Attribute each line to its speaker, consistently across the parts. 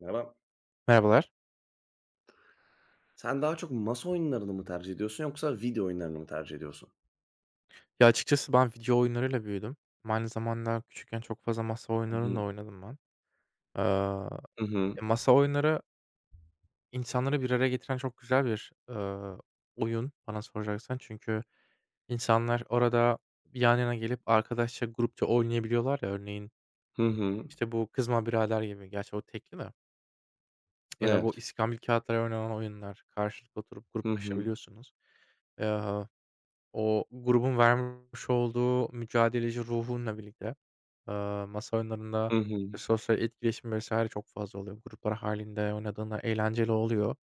Speaker 1: Merhaba.
Speaker 2: Merhabalar.
Speaker 1: Sen daha çok masa oyunlarını mı tercih ediyorsun yoksa video oyunlarını mı tercih ediyorsun?
Speaker 2: Ya açıkçası ben video oyunlarıyla büyüdüm. Ama aynı zamanda küçükken çok fazla masa
Speaker 1: Hı
Speaker 2: oyunlarını da
Speaker 1: hı.
Speaker 2: oynadım ben. Eee,
Speaker 1: Hı hı.
Speaker 2: masa oyunları insanları bir araya getiren çok güzel bir, oyun bana soracaksan. Çünkü insanlar orada yan yana gelip arkadaşça, grupça oynayabiliyorlar ya. Örneğin,
Speaker 1: Hı hı.
Speaker 2: işte, bu Kızma Birader gibi, gerçi o tekli de ya da bu
Speaker 1: Evet.
Speaker 2: iskambil kağıtları oynanan oyunlar. Karşılıklı oturup
Speaker 1: Hı hı.
Speaker 2: gruplaşabiliyorsunuz. Eee, O grubun vermiş olduğu mücadeleci ruhunla birlikte masa oyunlarında
Speaker 1: Hı hı.
Speaker 2: sosyal etkileşim vs. çok fazla oluyor. Gruplar halinde oynadığında eğlenceli oluyor.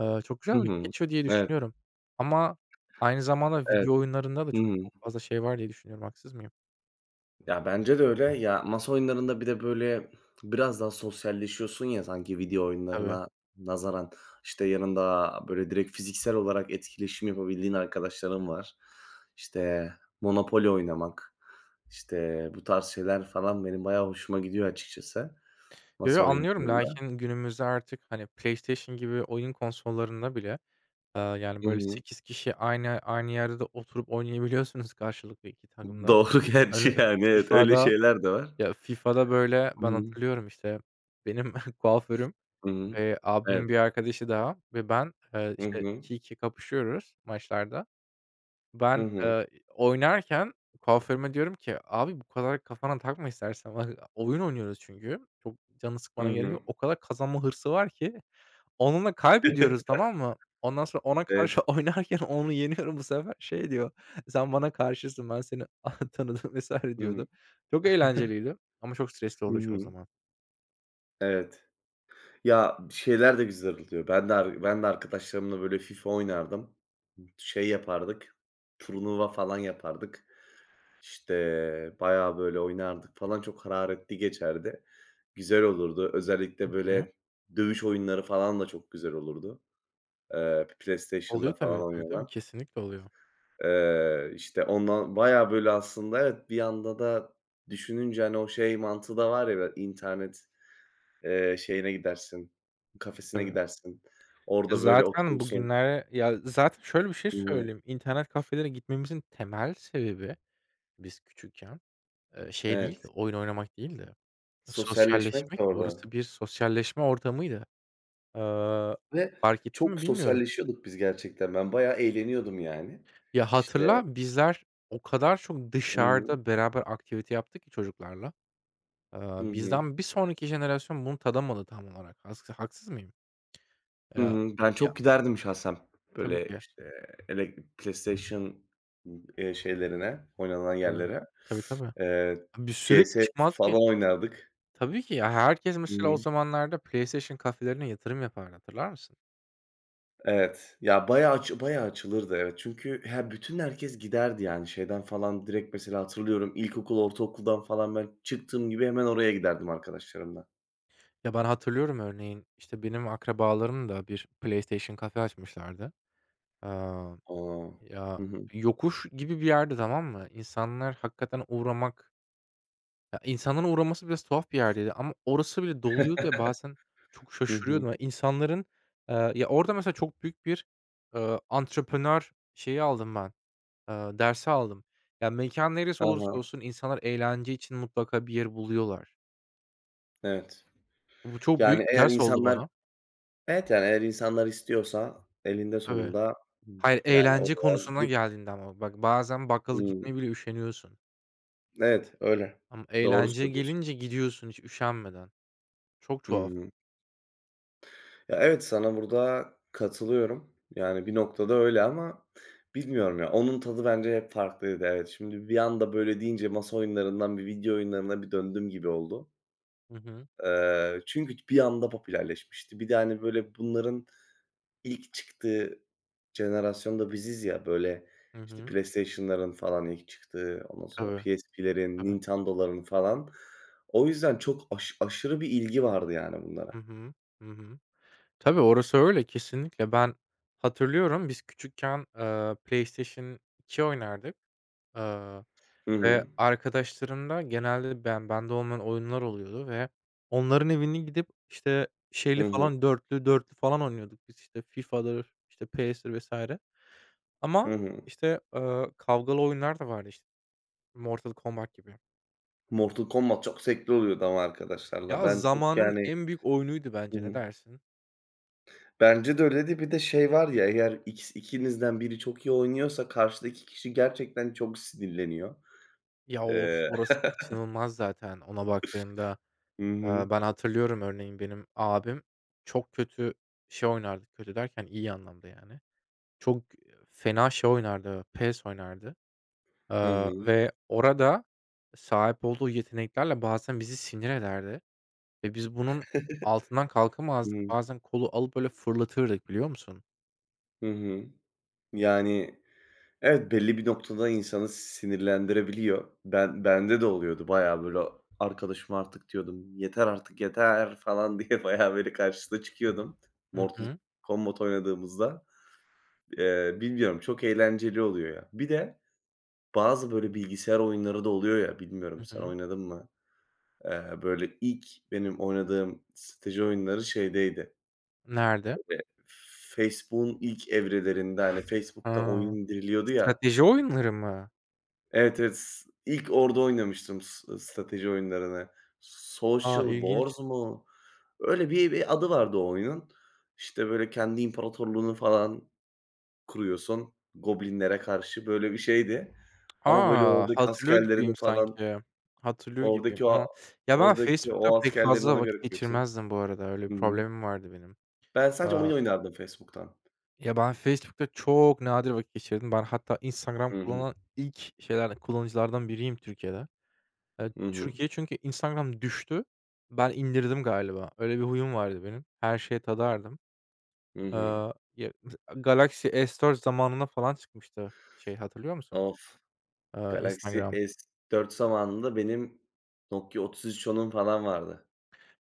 Speaker 2: Çok
Speaker 1: Hı
Speaker 2: güzel vakit
Speaker 1: hı.
Speaker 2: geçiyor diye
Speaker 1: Evet,
Speaker 2: düşünüyorum ama aynı zamanda
Speaker 1: evet.
Speaker 2: video oyunlarında da
Speaker 1: Hı
Speaker 2: çok
Speaker 1: hı.
Speaker 2: çok fazla şey var diye düşünüyorum. Haksız mıyım?
Speaker 1: Ya, bence de öyle. Ya, masa oyunlarında bir de, böyle, biraz daha sosyalleşiyorsun ya sanki video
Speaker 2: Tabii.
Speaker 1: oyunlarına nazaran. İşte, yanında, böyle, direkt fiziksel olarak etkileşim yapabildiğin arkadaşların var. İşte, Monopoly oynamak, işte, bu tarz şeyler falan benim bayağı hoşuma gidiyor açıkçası.
Speaker 2: Yo,
Speaker 1: Masa
Speaker 2: yo, anlıyorum.
Speaker 1: oyunlarında.
Speaker 2: Lakin günümüzde artık, hani, PlayStation gibi oyun konsollarında bile, yani,
Speaker 1: Hı
Speaker 2: böyle
Speaker 1: hı.
Speaker 2: 8 kişi aynı yerde de oturup oynayabiliyorsunuz karşılıklı 2 takım da.
Speaker 1: Doğru
Speaker 2: Hani,
Speaker 1: gerçi yani, evet,
Speaker 2: FIFA'da
Speaker 1: öyle şeyler de var.
Speaker 2: ya, FIFA'da, böyle,
Speaker 1: Hı
Speaker 2: ben
Speaker 1: hı.
Speaker 2: hatırlıyorum, işte, benim kuaförüm,
Speaker 1: Hı hı.
Speaker 2: Abimin
Speaker 1: Evet.
Speaker 2: bir arkadaşı daha ve ben,
Speaker 1: Hı
Speaker 2: işte
Speaker 1: hı.
Speaker 2: 2-2 kapışıyoruz maçlarda.
Speaker 1: Hı
Speaker 2: Ben,
Speaker 1: hı.
Speaker 2: oynarken kuaförüme diyorum ki, "Abi bu kadar kafana takma istersen." Bak oyun oynuyoruz çünkü. Çok canını
Speaker 1: Hı
Speaker 2: sıkmana gerek
Speaker 1: hı.
Speaker 2: yok. O kadar kazanma hırsı var ki onunla kaybediyoruz, tamam mı? Ondan sonra ona
Speaker 1: Evet.
Speaker 2: karşı oynarken onu yeniyorum bu sefer. Şey diyor, "Sen bana karşısın, ben seni a tanıdım." vs.
Speaker 1: Hı hı.
Speaker 2: diyordu. Çok eğlenceliydi ama çok stresli
Speaker 1: Hı
Speaker 2: oluyor çoğu
Speaker 1: hı.
Speaker 2: zaman.
Speaker 1: Evet. Ya, şeyler de güzel oluyor. Ben de arkadaşlarımla, böyle, FIFA oynardım. Şey yapardık, turnuva falan yapardık. İşte, bayağı, böyle, oynardık falan. Çok hararetli geçerdi. Güzel olurdu.
Speaker 2: Hı
Speaker 1: Özellikle,
Speaker 2: hı.
Speaker 1: böyle, dövüş oyunları falan da çok güzel olurdu. PlayStation'da
Speaker 2: Oluyor
Speaker 1: falan
Speaker 2: tabii, tabii, tabii.
Speaker 1: oynanan.
Speaker 2: Kesinlikle oluyor.
Speaker 1: İşte, ondan bayağı, böyle, aslında evet, bir yanda da düşününce, hani, o şey mantığı da var ya, böyle, internet, şeyine gidersin, kafesine
Speaker 2: Tabii.
Speaker 1: gidersin.
Speaker 2: Ya,
Speaker 1: Orada, böyle,
Speaker 2: zaten
Speaker 1: oturursun.
Speaker 2: bugünlere ya, zaten şöyle bir şey
Speaker 1: Hı hı.
Speaker 2: söyleyeyim, internet kafelere gitmemizin temel sebebi biz küçükken, şey değil,
Speaker 1: Evet.
Speaker 2: oyun oynamak değildi,
Speaker 1: Sosyalleşmek
Speaker 2: sosyalleşmek.
Speaker 1: de orada
Speaker 2: Orası bir sosyalleşme ortamıydı. Eee,
Speaker 1: ve
Speaker 2: Fark ettin
Speaker 1: çok
Speaker 2: mi bilmiyorum.
Speaker 1: sosyalleşiyorduk biz gerçekten. Ben bayağı eğleniyordum yani.
Speaker 2: Ya,
Speaker 1: İşte.
Speaker 2: hatırla bizler o kadar çok
Speaker 1: Hı hı.
Speaker 2: dışarıda beraber aktivite yaptık ki çocuklarla.
Speaker 1: Hı hı.
Speaker 2: Bizden bir sonraki jenerasyon bunu tadamadı tam olarak. Haksız mıyım?
Speaker 1: Hı
Speaker 2: Ya
Speaker 1: hı. Ben
Speaker 2: ya,
Speaker 1: çok giderdim şahsen.
Speaker 2: tabii
Speaker 1: Böyle,
Speaker 2: ki.
Speaker 1: işte, PlayStation, şeylerine, oynanan
Speaker 2: Tabii.
Speaker 1: yerlere.
Speaker 2: Tabii, tabii.
Speaker 1: Eee,
Speaker 2: Biz sürekli
Speaker 1: CS
Speaker 2: çıkmazdık.
Speaker 1: falan oynardık.
Speaker 2: Tabii ki ya, herkes
Speaker 1: Hı
Speaker 2: mesela o
Speaker 1: hı.
Speaker 2: zamanlarda PlayStation kafelerine yatırım yapardı, hatırlar mısın?
Speaker 1: Evet. Ya, bayağı açılırdı, evet. Çünkü herkes giderdi, yani, şeyden falan direkt mesela hatırlıyorum ilkokul, ortaokuldan falan ben çıktığım gibi hemen oraya giderdim arkadaşlarımla.
Speaker 2: Ya, ben hatırlıyorum örneğin, işte, benim akrabalarım da bir PlayStation kafe açmışlardı. Aaa,
Speaker 1: Aa.
Speaker 2: ya,
Speaker 1: Hı hı.
Speaker 2: yokuş gibi bir yerdi, tamam mı? İnsanlar hakikaten uğramak ya, insanların uğraması biraz tuhaf bir yerdeydi ama orası bile doluyordu ve bazen çok
Speaker 1: Hı hı.
Speaker 2: şaşırıyordum. Ya, insanların, ya, orada mesela çok büyük bir, antreprenör şeyi aldım ben, dersi aldım. Ya, mekân neresi olursa
Speaker 1: Hı.
Speaker 2: olsun insanlar eğlence için mutlaka bir yer buluyorlar.
Speaker 1: Evet.
Speaker 2: Bu çok
Speaker 1: Yani,
Speaker 2: büyük bir
Speaker 1: eğer
Speaker 2: ders oldu
Speaker 1: insanlar
Speaker 2: bana.
Speaker 1: Evet, yani, eğer insanlar istiyorsa elinde
Speaker 2: Tabii.
Speaker 1: sonunda,
Speaker 2: Hayır,
Speaker 1: yani,
Speaker 2: eğlence
Speaker 1: oraya
Speaker 2: konusuna
Speaker 1: gidip
Speaker 2: geldiğinde ama bak bazen bakkala
Speaker 1: Imm,
Speaker 2: gitmeye bile üşeniyorsun
Speaker 1: evet, öyle.
Speaker 2: ama
Speaker 1: Doğru
Speaker 2: eğlenceye
Speaker 1: söylüyorsun.
Speaker 2: gelince gidiyorsun hiç üşenmeden. Çok
Speaker 1: Hı
Speaker 2: tuhaf.
Speaker 1: hı. Ya, evet, sana burada katılıyorum. Yani, bir noktada öyle ama bilmiyorum ya, onun tadı bence hep farklıydı. Evet, şimdi bir anda böyle deyince masa oyunlarından bir video oyunlarına bir döndüm gibi oldu.
Speaker 2: Hı hı.
Speaker 1: Çünkü bir anda popülerleşmişti. Bir de, hani, böyle bunların İlk çıktığı jenerasyon da biziz ya, böyle,
Speaker 2: Hı
Speaker 1: işte,
Speaker 2: hı.
Speaker 1: PlayStation'ların falan ilk çıktığı, ondan sonra
Speaker 2: Tabii,
Speaker 1: PSP'lerin,
Speaker 2: tabii.
Speaker 1: Nintendo'ların falan. O yüzden çok aşırı bir ilgi vardı yani
Speaker 2: Hı
Speaker 1: bunlara.
Speaker 2: hı. Hı hı. Tabii, orası öyle kesinlikle. Ben hatırlıyorum biz küçükken, PlayStation 2 oynardık. Eee
Speaker 1: Hı
Speaker 2: Ve
Speaker 1: hı.
Speaker 2: arkadaşlarımda genelde ben bende olmayan oyunlar oluyordu ve onların evine gidip, işte, şeyli
Speaker 1: Hı hı.
Speaker 2: falan, dörtlü dörtlü falan oynuyorduk biz, işte, FIFA'dır, işte, PS'tir vesaire
Speaker 1: Hı
Speaker 2: ama,
Speaker 1: hı.
Speaker 2: işte, kavgalı oyunlar da vardı, işte, Mortal Kombat gibi.
Speaker 1: Mortal Kombat çok zevkli oluyordu ama arkadaşlarla.
Speaker 2: Ya,
Speaker 1: Ben çok
Speaker 2: zamanın
Speaker 1: yani.
Speaker 2: en büyük oyunuydu
Speaker 1: Hı
Speaker 2: bence, ne
Speaker 1: hı.
Speaker 2: dersin?
Speaker 1: Bence de öyleydi. Bir de şey var ya, eğer ikinizden biri çok iyi oynuyorsa karşıdaki kişi gerçekten çok sinirleniyor.
Speaker 2: Ya, of,
Speaker 1: Eee
Speaker 2: orası kaçınılmaz zaten ona baktığında.
Speaker 1: Hı hı.
Speaker 2: Ben hatırlıyorum örneğin benim abim çok kötü şey oynardı, kötü derken iyi anlamda yani. Çok fena şey oynardı, PES oynardı,
Speaker 1: Hı
Speaker 2: eee,
Speaker 1: hı.
Speaker 2: ve orada sahip olduğu yeteneklerle bazen bizi sinir ederdi ve biz bunun altından
Speaker 1: Hı
Speaker 2: kalkamazdık.
Speaker 1: hı.
Speaker 2: Bazen kolu alıp böyle fırlatırdık biliyor musun?
Speaker 1: Hı hı. Yani, evet, belli bir noktada insanı sinirlendirebiliyor. Bende de oluyordu bayağı, böyle, arkadaşıma artık diyordum, "Yeter artık, yeter!" falan diye bayağı, böyle, karşısına çıkıyordum.
Speaker 2: Hı
Speaker 1: Mortal
Speaker 2: hı.
Speaker 1: Kombat oynadığımızda. Bilmiyorum, çok eğlenceli oluyor ya. Bir de bazı, böyle, bilgisayar oyunları da oluyor ya, bilmiyorum
Speaker 2: Hı
Speaker 1: sen
Speaker 2: hı.
Speaker 1: oynadın mı? Böyle, benim oynadığım strateji oyunları şeydeydi,
Speaker 2: Nerede?
Speaker 1: böyle, Facebook'un ilk evrelerinde, hani, Facebook'ta oyun
Speaker 2: Ha,
Speaker 1: indiriliyordu ya.
Speaker 2: strateji oyunları mı?
Speaker 1: Evet, evet. İlk orada oynamıştım strateji oyunlarını.
Speaker 2: A,
Speaker 1: Social
Speaker 2: ilginç.
Speaker 1: Wars mu? Öyle bir adı vardı o oyunun. İşte, böyle, kendi imparatorluğunu falan kuruyorsun goblinlere karşı, böyle bir şeydi. Ama, böyle,
Speaker 2: A!
Speaker 1: oradaki
Speaker 2: Hatırlıyor
Speaker 1: askerlerini
Speaker 2: gibiyim
Speaker 1: falan,
Speaker 2: sanki. Hatırlıyor gibiyim
Speaker 1: oradaki o
Speaker 2: ama ya ben
Speaker 1: oradaki
Speaker 2: Facebook'ta
Speaker 1: o
Speaker 2: pek
Speaker 1: askerlerini
Speaker 2: fazla
Speaker 1: ona
Speaker 2: vakit
Speaker 1: göre kuruyorsun.
Speaker 2: geçirmezdim bu arada. Öyle bir
Speaker 1: Hı hı.
Speaker 2: problemim vardı benim.
Speaker 1: Ben sadece
Speaker 2: Eee
Speaker 1: oyun oynardım Facebook'tan.
Speaker 2: Ya, ben Facebook'ta çok nadir vakit geçirdim. Ben hatta Instagram
Speaker 1: Hı hı.
Speaker 2: kullanan ilk kullanıcılardan biriyim Türkiye'de.
Speaker 1: Hı hı.
Speaker 2: Türkiye çünkü Instagram düştü. Ben indirdim galiba. Öyle bir huyum vardı benim. Her şeye tadardım.
Speaker 1: Hı
Speaker 2: Eee,
Speaker 1: hı.
Speaker 2: ya, mesela Galaxy S4 zamanına falan çıkmıştı şey, hatırlıyor musun?
Speaker 1: Of! Galaxy
Speaker 2: Instagram.
Speaker 1: S4 zamanında benim Nokia 3310'um falan vardı.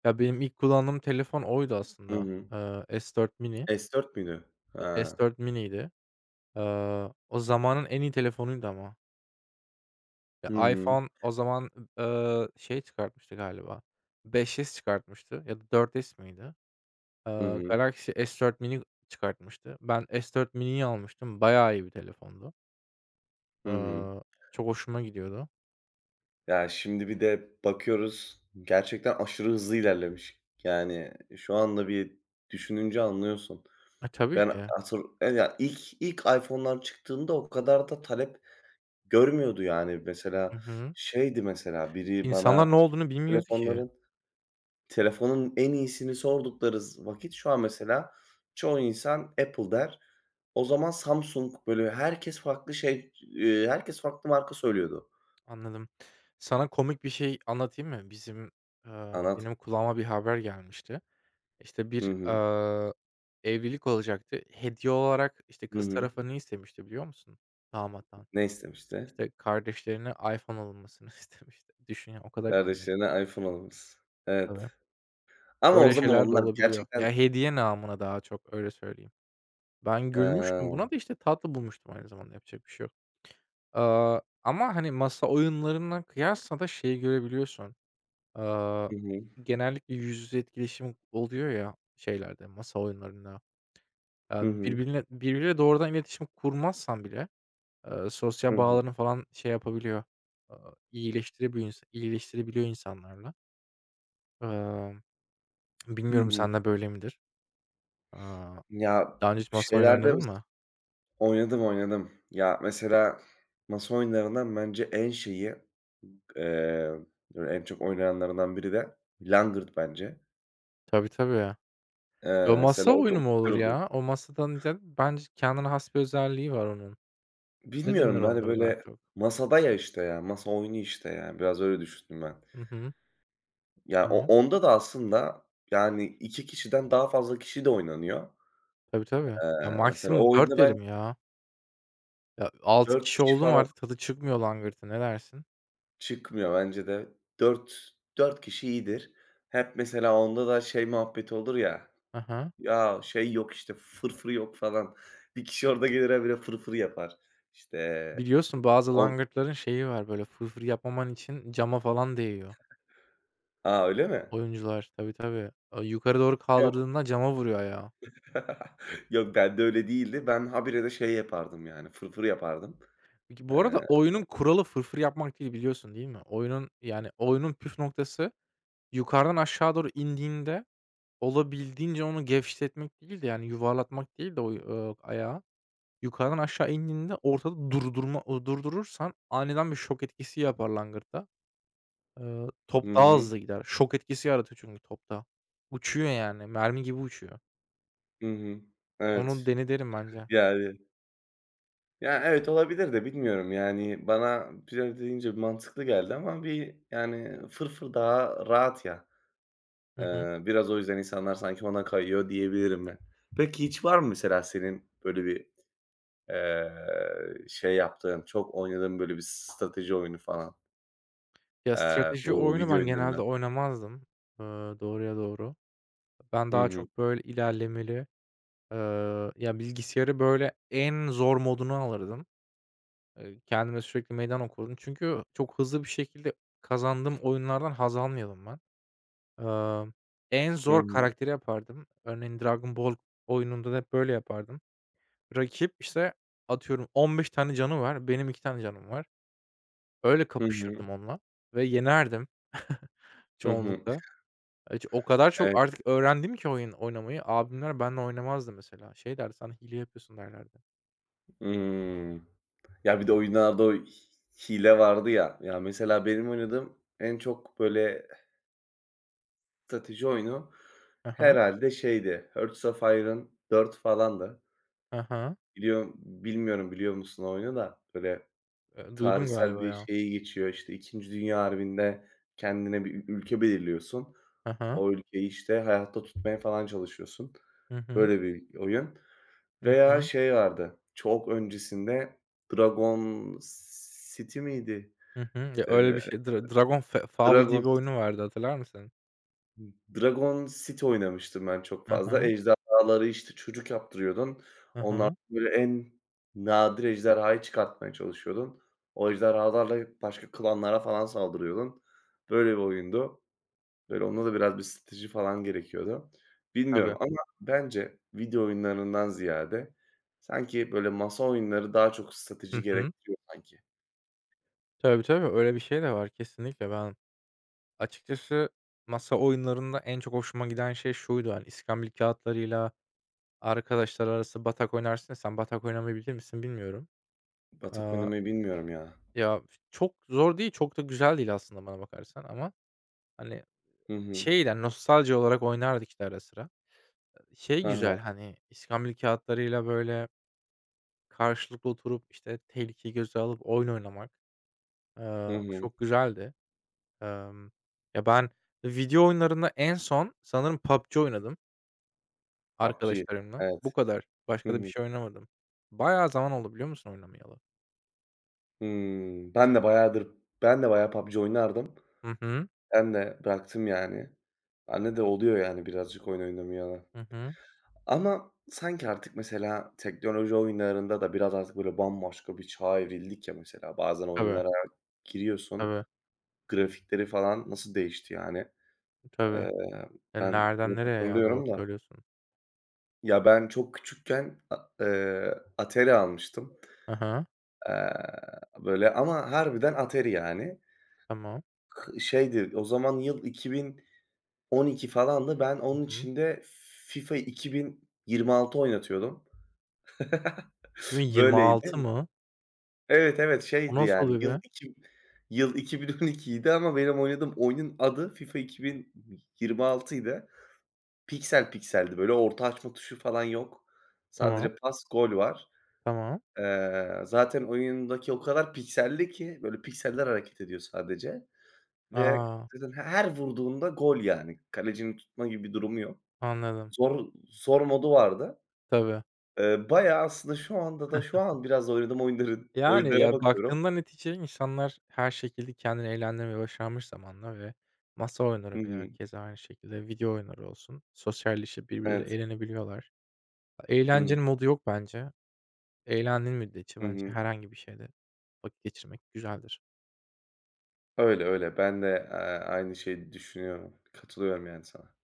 Speaker 2: Ya, benim ilk kullandığım telefon oydu
Speaker 1: Hı
Speaker 2: aslında.
Speaker 1: hı.
Speaker 2: S4 mini.
Speaker 1: S4 müydü? Ha.
Speaker 2: S4 miniydi. O zamanın en iyi telefonuydu ama. Ya,
Speaker 1: Hı hı.
Speaker 2: iPhone o zaman, şey çıkartmıştı galiba, 5S çıkartmıştı ya da 4S miydi?
Speaker 1: Hı hı.
Speaker 2: Galaxy S4 mini çıkartmıştı. Ben S4 mini'yi almıştım. Bayağı iyi bir telefondu.
Speaker 1: Hı hı.
Speaker 2: Eee, Çok hoşuma gidiyordu.
Speaker 1: Ya, şimdi bir de bakıyoruz, gerçekten aşırı hızlı ilerlemiş. Yani, şu anda bir düşününce anlıyorsun.
Speaker 2: E, tabii
Speaker 1: Ben
Speaker 2: ki.
Speaker 1: ya, ilk iPhone'lar çıktığında o kadar da talep görmüyordu yani. Mesela
Speaker 2: Hı hı.
Speaker 1: şeydi mesela biri bana
Speaker 2: İnsanlar ne olduğunu bilmiyordu ki.
Speaker 1: telefonların telefonun en iyisini sordukları vakit şu an mesela çoğu insan Apple der. O zaman Samsung, böyle herkes farklı marka söylüyordu.
Speaker 2: Anladım. Sana komik bir şey anlatayım mı?
Speaker 1: Anlat.
Speaker 2: Benim kulağıma bir haber gelmişti. İşte,
Speaker 1: Hı
Speaker 2: bir,
Speaker 1: hı.
Speaker 2: aaa, evlilik olacaktı. Hediye olarak, işte,
Speaker 1: Hı
Speaker 2: kız
Speaker 1: hı.
Speaker 2: tarafı ne istemişti biliyor musun damattan?
Speaker 1: Ne istemişti?
Speaker 2: İşte, kardeşlerine iPhone alınmasını istemişti. Düşün ya, o kadar kıymetli
Speaker 1: Kardeşlerine iPhone alması.
Speaker 2: tabii.
Speaker 1: Evet. Ama o
Speaker 2: Öyle
Speaker 1: zaman
Speaker 2: şeyler de
Speaker 1: onlar
Speaker 2: olabiliyor.
Speaker 1: gerçekten.
Speaker 2: Ya, hediye namına daha çok, öyle söyleyeyim. Ben gülmüştüm
Speaker 1: Eee,
Speaker 2: buna da, işte, tatlı bulmuştum aynı zamanda, yapacak bir şey yok. Ama, hani, masa oyunlarına kıyasla da şeyi görebiliyorsun. Aaa,
Speaker 1: hı hı.
Speaker 2: genellikle yüz yüze etkileşim oluyor ya şeylerde, masa oyunlarında.
Speaker 1: Hı hı.
Speaker 2: Birbiriyle doğrudan iletişim kurmazsan bile,
Speaker 1: Hı
Speaker 2: sosyal
Speaker 1: hı.
Speaker 2: bağlarını falan şey yapabiliyor, eee, iyileştirebiliyor insanlarla. Emm,
Speaker 1: Hı
Speaker 2: bilmiyorum
Speaker 1: hı.
Speaker 2: sende böyle midir? Aaa,
Speaker 1: Ya,
Speaker 2: daha önce hiç masa oyunu
Speaker 1: şeylerde
Speaker 2: oynadın
Speaker 1: mes
Speaker 2: mı?
Speaker 1: oynadım, oynadım. Ya, mesela masa oyunlarından bence en şeyi. Eee, böyle en çok oynayanlarından biri de langırt bence.
Speaker 2: Tabii, tabii. Yo, masa
Speaker 1: Mesela o
Speaker 2: oyunu
Speaker 1: çok
Speaker 2: mu olur
Speaker 1: güzel oluyor.
Speaker 2: ya? O masadan ziyade bence kendine has bir özelliği var onun. Ne denir
Speaker 1: Bilmiyorum, hani,
Speaker 2: onlara daha
Speaker 1: böyle
Speaker 2: çok?
Speaker 1: masada ya işte ya, masa oyunu işte ya. Biraz öyle düşündüm ben.
Speaker 2: Hı hı.
Speaker 1: Ya,
Speaker 2: Tamam.
Speaker 1: onda da aslında, yani, 2 kişiden daha fazla kişi de oynanıyor.
Speaker 2: Tabii, tabii. Ya,
Speaker 1: Eee, mesela
Speaker 2: maksimum
Speaker 1: o oyunda
Speaker 2: 4
Speaker 1: ben
Speaker 2: derim ya. Ya, 6
Speaker 1: 4
Speaker 2: kişi
Speaker 1: kişi
Speaker 2: oldu mu
Speaker 1: falan
Speaker 2: artık tadı çıkmıyor langırtın. Ne dersin?
Speaker 1: çıkmıyor bence de. Dört kişi iyidir. Hep mesela onda da şey muhabbeti olur ya.
Speaker 2: Hı hı.
Speaker 1: Ya, şey yok, işte, fırfırı yok falan. Bir kişi orada gelir habire fırfır yapar. İşte,
Speaker 2: Biliyorsun bazı
Speaker 1: on
Speaker 2: langırtların şeyi var, böyle, fırfır yapmaman için cama falan değiyor
Speaker 1: a, öyle mi?
Speaker 2: oyuncular. Tabii, tabii. Yukarı doğru
Speaker 1: Yok.
Speaker 2: kaldırdığında cama vuruyor ayağı.
Speaker 1: Yok, bende öyle değildi. Ben habire de şey yapardım, yani, fırfır yapardım.
Speaker 2: Peki, bu arada
Speaker 1: Eee
Speaker 2: oyunun kuralı fırfır yapmak değil biliyorsun değil mi? Oyunun püf noktası yukarıdan aşağı doğru indiğinde olabildiğince onu gevşetmek değil de, yani, yuvarlatmak değil de o ayağı, yukarıdan aşağı indiğinde ortada durdurursan aniden bir şok etkisi yapar langırtta.
Speaker 1: Hı
Speaker 2: Top daha
Speaker 1: hı.
Speaker 2: hızlı gider. Şok etkisi yaratıyor çünkü topta. Uçuyor yani. Mermi gibi uçuyor.
Speaker 1: Hı hı.
Speaker 2: Onu
Speaker 1: Evet.
Speaker 2: dene derim bence.
Speaker 1: Yani Ya, evet, olabilir de bilmiyorum, yani, bana pilav deyince mantıklı geldi ama bir, yani, fırfır daha rahat ya.
Speaker 2: Hı hı.
Speaker 1: Biraz o yüzden insanlar sanki ona kayıyor diyebilirim ben. Peki hiç var mı mesela senin böyle bir şey yaptığım, çok oynadığım böyle bir strateji oyunu falan.
Speaker 2: Ya, strateji
Speaker 1: Bu
Speaker 2: oyunu
Speaker 1: video
Speaker 2: ben
Speaker 1: oyunlarından.
Speaker 2: genelde oynamazdım, eee, doğruya doğru. Ben
Speaker 1: Hı
Speaker 2: daha
Speaker 1: hı.
Speaker 2: çok böyle ilerlemeli, eee, ya, bilgisayarı böyle en zor modunu alırdım. Kendime sürekli meydan okurdum. Çünkü çok hızlı bir şekilde kazandığım oyunlardan haz almıyordum ben. Emm, en
Speaker 1: Hı
Speaker 2: zor
Speaker 1: hı.
Speaker 2: karakteri yapardım. Örneğin Dragon Ball oyununda da hep böyle yapardım. Rakip, işte, atıyorum 15 tane canı var, benim 2 tane canım var. Öyle
Speaker 1: Hı hı.
Speaker 2: kapışırdım onunla ve yenerdim
Speaker 1: Hı hı.
Speaker 2: çoğunlukla. Ç O kadar
Speaker 1: Evet.
Speaker 2: çok artık öğrendim ki oyun oynamayı. Abimler benimle oynamazdı mesela. Şey derdi, sana hile yapıyorsun." derlerdi.
Speaker 1: Imm. Ya, bir de oyunlarda o hile vardı ya. Ya, mesela benim oynadığım en çok böyle strateji oyunu
Speaker 2: Hı hı.
Speaker 1: herhâlde şeydi, Hearts of Iron 4 falandı.
Speaker 2: Hı
Speaker 1: Biliyor musun o oyunu da böyle
Speaker 2: Duydum
Speaker 1: tarihsel
Speaker 2: galiba
Speaker 1: bir
Speaker 2: ya.
Speaker 1: şeyi geçiyor, işte, 2. Dünya Harbi'nde kendine bir ülke belirliyorsun.
Speaker 2: Hı hı.
Speaker 1: O ülkeyi, işte, hayatta tutmaya falan çalışıyorsun.
Speaker 2: Hı hı.
Speaker 1: Böyle bir oyun
Speaker 2: Hı
Speaker 1: veya
Speaker 2: hı.
Speaker 1: şey vardı, çok öncesinde Dragon City miydi?
Speaker 2: Hı Ya, öyle
Speaker 1: Eee,
Speaker 2: bir şey. Dragon Fable diye
Speaker 1: Dragon
Speaker 2: bir oyunu vardı, hatırlar mısın?
Speaker 1: Dragon City oynamıştım ben çok
Speaker 2: Hı
Speaker 1: fazla.
Speaker 2: hı.
Speaker 1: Ejderhaları, işte, çocuk yaptırıyordun.
Speaker 2: Hı
Speaker 1: Onlardan,
Speaker 2: hı.
Speaker 1: böyle, en nadir ejderhayı çıkartmaya çalışıyordun. O ejderhalarla başka klanlara falan saldırıyordun. Böyle bir oyundu. Böyle, onda da biraz bir strateji falan gerekiyordu.
Speaker 2: Tabii.
Speaker 1: Bilmiyorum ama bence video oyunlarından ziyade sanki, böyle, masa oyunları daha çok strateji
Speaker 2: Hı hı.
Speaker 1: gerektiriyor sanki.
Speaker 2: Tabii, tabii. Öyle bir şey de var kesinlikle. Açıkçası masa oyunlarında en çok hoşuma giden şey şuydu, hani, iskambil kağıtlarıyla arkadaşlar arası batak oynarsın ya sen batak oynamayı bilir misin bilmiyorum.
Speaker 1: Batak
Speaker 2: Aaa,
Speaker 1: oynamayı bilmiyorum ya.
Speaker 2: ya, çok zor değil, çok da güzel değil aslında bana bakarsan ama, hani,
Speaker 1: Hı hı.
Speaker 2: şeyden nostalji olarak oynardık, işte, ara sıra.
Speaker 1: Hı
Speaker 2: Şey
Speaker 1: hı.
Speaker 2: güzel, hani, iskambil kağıtlarıyla böyle, karşılıklı oturup, işte, tehlikeyi göze alıp oyun oynamak,
Speaker 1: Hı
Speaker 2: aaa, o
Speaker 1: hı.
Speaker 2: çok güzeldi. Emm, ya, ben video oyunlarında en son sanırım PUBG oynadım.
Speaker 1: PUBG.
Speaker 2: Arkadaşlarımla.
Speaker 1: Evet.
Speaker 2: Bu kadar.
Speaker 1: Hı
Speaker 2: Başka da bir
Speaker 1: hı.
Speaker 2: şey oynamadım. Bayağı zaman oldu biliyor musun oynamayalı?
Speaker 1: Hımm. Ben de bayağı PUBG oynardım.
Speaker 2: Hı hı.
Speaker 1: Ben de bıraktım yani. Bende de oluyor yani birazcık oyun oynamayalı.
Speaker 2: Hı hı.
Speaker 1: Ama sanki artık mesela teknoloji oyunlarında da biraz artık böyle bambaşka bir çağa evrildik ya mesela. Bazen
Speaker 2: Tabii,
Speaker 1: oyunlara giriyorsun,
Speaker 2: tabii,
Speaker 1: grafikleri falan nasıl değişti yani.
Speaker 2: tabii.
Speaker 1: Eee,
Speaker 2: E,
Speaker 1: ben
Speaker 2: nereden
Speaker 1: net
Speaker 2: nereye ya? Doğru
Speaker 1: hatırlıyorum da.
Speaker 2: söylüyorsun.
Speaker 1: Ya, ben çok küçükken a Atari almıştım.
Speaker 2: Hı hı.
Speaker 1: Eee, böyle ama harbiden Atari yani.
Speaker 2: Tamam.
Speaker 1: Şeydi, o zaman yıl 2012 falandı. Ben
Speaker 2: Hı
Speaker 1: onun
Speaker 2: hı.
Speaker 1: için de FIFA 2026 oynatıyordum.
Speaker 2: 2026
Speaker 1: Böyleydi.
Speaker 2: mı?
Speaker 1: Evet, evet,
Speaker 2: O
Speaker 1: şeydi
Speaker 2: nasıl
Speaker 1: yani
Speaker 2: oluyor be?
Speaker 1: yıl 2012'ydi ama benim oynadığım oyunun adı FIFA 2026'ydı. Piksel pikseldi böyle orta açma tuşu falan yok.
Speaker 2: Tamam,
Speaker 1: Sadece pas, gol var.
Speaker 2: tamam.
Speaker 1: Zaten oyundaki o kadar pikselli ki böyle pikseller hareket ediyor sadece. Ve
Speaker 2: Aa,
Speaker 1: zaten her vurduğunda gol yani. Kalecinin tutma gibi bir durumu yok.
Speaker 2: anladım.
Speaker 1: Zor modu vardı.
Speaker 2: Tabii.
Speaker 1: Bayağı aslında şu anda da şu an biraz oynadığım oyunların
Speaker 2: Yani,
Speaker 1: oyunlara
Speaker 2: ya,
Speaker 1: bakıyorum.
Speaker 2: baktığında netice insanlar her şekilde kendini eğlendirmeye başarmış zamanla ve masa
Speaker 1: Hı
Speaker 2: oyunları veya
Speaker 1: hı.
Speaker 2: keza aynı şekilde video oyunları olsun, sosyalleşip
Speaker 1: Evet.
Speaker 2: birbirleriyle eğlenebiliyorlar.
Speaker 1: Hı hı.
Speaker 2: Eğlencenin modu yok bence. Eğlendiğin müddetçe
Speaker 1: Hı
Speaker 2: bence
Speaker 1: hı.
Speaker 2: herhangi bir şeyde vakit geçirmek güzeldir.
Speaker 1: Öyle, öyle. Ben de, aynı şeyi düşünüyorum. Katılıyorum yani sana.